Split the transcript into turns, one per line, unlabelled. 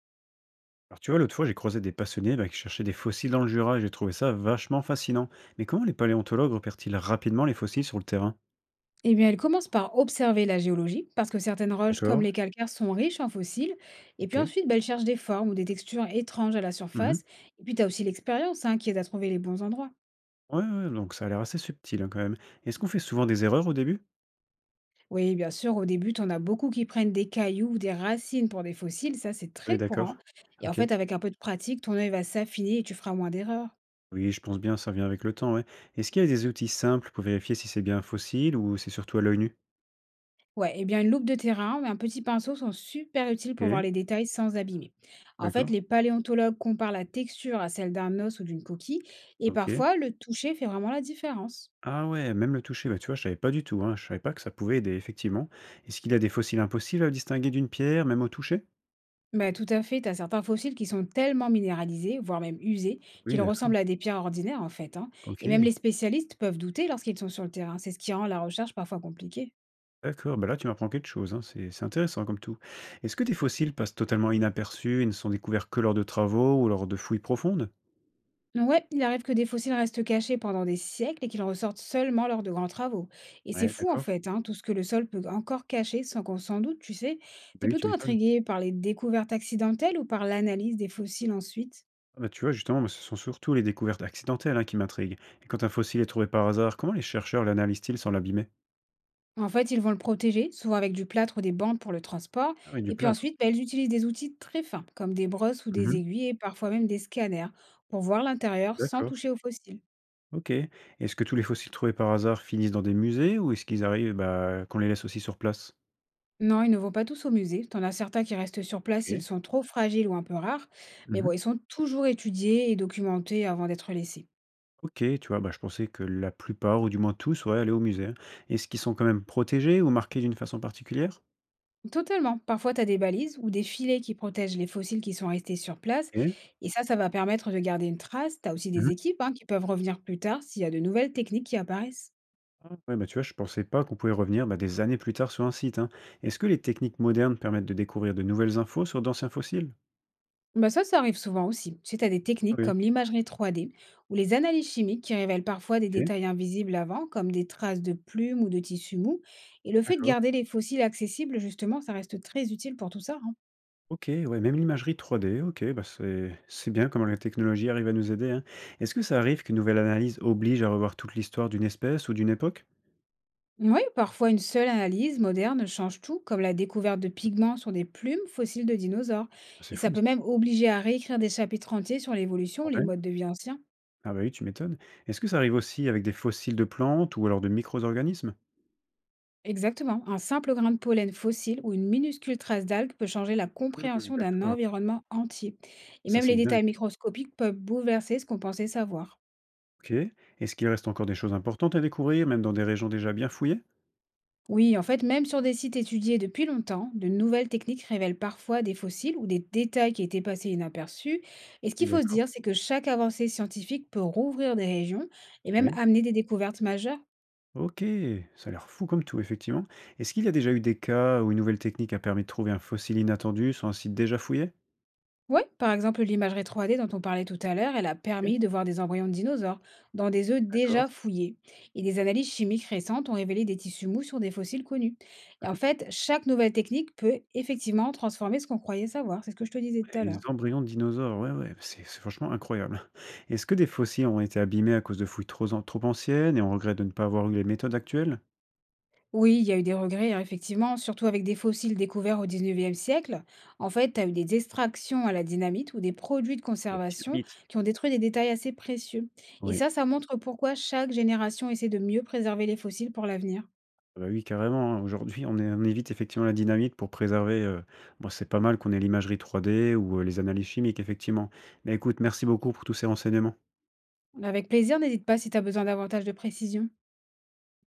Alors tu vois, l'autre fois, j'ai croisé des passionnés qui cherchaient des fossiles dans le Jura et j'ai trouvé ça vachement fascinant. Mais comment les paléontologues repèrent-ils rapidement les fossiles sur le terrain?
Eh bien, elle commence par observer la géologie, parce que certaines roches, comme
D'accord,
les calcaires, sont riches en fossiles. Et puis
ok.
ensuite, bah, elle cherche des formes ou des textures étranges à la
Mhm.
surface. Et puis, tu as aussi l'expérience hein, qui aide à trouver les bons endroits.
Ouais, ouais, donc ça a l'air assez subtil hein, quand même. Est-ce qu'on fait souvent des erreurs au début?
Oui, bien sûr, au début, tu en as beaucoup qui prennent des cailloux ou des racines pour des fossiles. Ça, c'est
Oui,
très courant.
d'accord.
Et en
Ok.
fait, avec un peu de pratique, ton œil va s'affiner et tu feras moins d'erreurs.
Oui, je pense bien, ça vient avec le temps, ouais. Est-ce qu'il y a des outils simples pour vérifier si c'est bien un fossile ou c'est surtout à l'œil nu?
Ouais, eh bien une loupe de terrain ou un petit pinceau sont super utiles pour voir
Ok,
les détails sans abîmer. En fait,
d'accord.
les paléontologues comparent la texture à celle d'un os ou d'une coquille, et
Ok.
parfois le toucher fait vraiment la différence.
Ah ouais, même le toucher, bah tu vois, je savais pas du tout, hein, je savais pas que ça pouvait aider, effectivement. Est-ce qu'il y a des fossiles impossibles à distinguer d'une pierre, même au toucher?
Bah tout à fait, t'as certains fossiles qui sont tellement minéralisés, voire même usés,
Oui,
qu'ils
d'accord.
ressemblent à des pierres ordinaires en fait, hein. Et même
OK,
les spécialistes peuvent douter lorsqu'ils sont sur le terrain. C'est ce qui rend la recherche parfois compliquée.
d'accord. Bah, là, tu m'apprends quelque chose, hein. C'est intéressant comme tout. Est-ce que des fossiles passent totalement inaperçus et ne sont découverts que lors de travaux ou lors de fouilles profondes?
Ouais, il arrive que des fossiles restent cachés pendant des siècles et qu'ils ressortent seulement lors de grands travaux. Et c'est
Ouais,
fou en
d'accord.
fait, hein, tout ce que le sol peut encore cacher sans qu'on s'en doute, tu sais.
Bah
T'es
oui, tu
plutôt
m'étonnes.
intrigué par les découvertes accidentelles ou par l'analyse des fossiles ensuite?
Ah bah, tu vois, justement, moi, ce sont surtout les découvertes accidentelles, hein, qui m'intriguent. Et quand un fossile est trouvé par hasard, comment les chercheurs l'analysent-ils sans l'abîmer?
En fait, ils vont le protéger, souvent avec du plâtre ou des bandes pour le transport.
Ah oui, du
Et puis
plâtre.
ensuite, bah, ils utilisent des outils très fins, comme des brosses ou des
Mhm.
aiguilles et parfois même des scanners, pour voir l'intérieur sans
D'accord.
toucher aux fossiles.
OK. Est-ce que tous les fossiles trouvés par hasard finissent dans des musées ou est-ce qu'ils arrivent, bah, qu'on les laisse aussi sur place?
Non, ils ne vont pas tous au musée. T'en as certains qui restent sur place, ils
OK.
sont trop fragiles ou un peu rares. Mais
Mhm.
bon, ils sont toujours étudiés et documentés avant d'être laissés.
Ok, tu vois, bah, je pensais que la plupart, ou du moins tous, auraient allé au musée, hein. Est-ce qu'ils sont quand même protégés ou marqués d'une façon particulière?
Totalement. Parfois, tu as des balises ou des filets qui protègent les fossiles qui sont restés sur place.
Ok.
Et ça va permettre de garder une trace. Tu as aussi
Mhm.
des équipes hein, qui peuvent revenir plus tard s'il y a de nouvelles techniques qui apparaissent.
Ah, ouais, bah, tu vois, je pensais pas qu'on pouvait revenir bah, des années plus tard sur un site, hein. Est-ce que les techniques modernes permettent de découvrir de nouvelles infos sur d'anciens fossiles?
Bah ça, ça arrive souvent aussi. Tu sais, des
Ah
techniques
oui.
comme l'imagerie 3D ou les analyses chimiques qui révèlent parfois des
Ok,
détails invisibles avant, comme des traces de plumes ou de tissus mous. Et le fait de
d'accord.
garder les fossiles accessibles, justement, ça reste très utile pour tout ça, hein.
Ok, ouais, même l'imagerie 3D, ok, bah c'est bien comment la technologie arrive à nous aider, hein. Est-ce que ça arrive qu'une nouvelle analyse oblige à revoir toute l'histoire d'une espèce ou d'une époque?
Oui, parfois une seule analyse moderne change tout, comme la découverte de pigments sur des plumes fossiles de dinosaures.
Ah, c'est
Et ça
fou ça.
peut même obliger à réécrire des chapitres entiers sur l'évolution ou les modes de vie anciens.
Ah bah oui, tu m'étonnes. Est-ce que ça arrive aussi avec des fossiles de plantes ou alors de micro-organismes?
Exactement, un simple grain de pollen fossile ou une minuscule trace d'algue peut changer la
Mmh,
compréhension d'un
d'accord.
environnement entier. Et
Ça,
même
c'est
les
dingue.
détails microscopiques peuvent bouleverser ce qu'on pensait savoir.
OK. Est-ce qu'il reste encore des choses importantes à découvrir, même dans des régions déjà bien fouillées?
Oui, en fait, même sur des sites étudiés depuis longtemps, de nouvelles techniques révèlent parfois des fossiles ou des détails qui étaient passés inaperçus. Et ce
Oui,
qu'il faut se
d'accord.
dire, c'est que chaque avancée scientifique peut rouvrir des régions et même
Oui.
amener des découvertes majeures.
OK. Ça a l'air fou comme tout, effectivement. Est-ce qu'il y a déjà eu des cas où une nouvelle technique a permis de trouver un fossile inattendu sur un site déjà fouillé?
Oui, par exemple, l'imagerie 3D dont on parlait tout à l'heure, elle a
OK,
permis de voir des embryons de dinosaures dans des œufs
d'accord.
déjà fouillés. Et des analyses chimiques récentes ont révélé des tissus mous sur des fossiles connus. Et en
Mmh.
fait, chaque nouvelle technique peut effectivement transformer ce qu'on croyait savoir. C'est ce que je te disais tout
Et
à
les
l'heure.
embryons de dinosaures, ouais, ouais, c'est franchement incroyable. Est-ce que des fossiles ont été abîmés à cause de fouilles trop, trop anciennes et on regrette de ne pas avoir eu les méthodes actuelles?
Oui, il y a eu des regrets, hein, effectivement, surtout avec des fossiles découverts au 19e siècle. En fait, tu as eu des extractions à la dynamite ou des produits de
Il y a un petit
conservation
mythe.
qui ont détruit des détails assez précieux. Et
Oui.
ça montre pourquoi chaque génération essaie de mieux préserver les fossiles pour l'avenir.
Ah bah oui, carrément, hein. Aujourd'hui, on évite effectivement la dynamite pour préserver, bon, c'est pas mal qu'on ait l'imagerie 3D ou les analyses chimiques, effectivement. Mais écoute, merci beaucoup pour tous ces renseignements.
Avec plaisir, n'hésite pas si tu as besoin davantage de précision.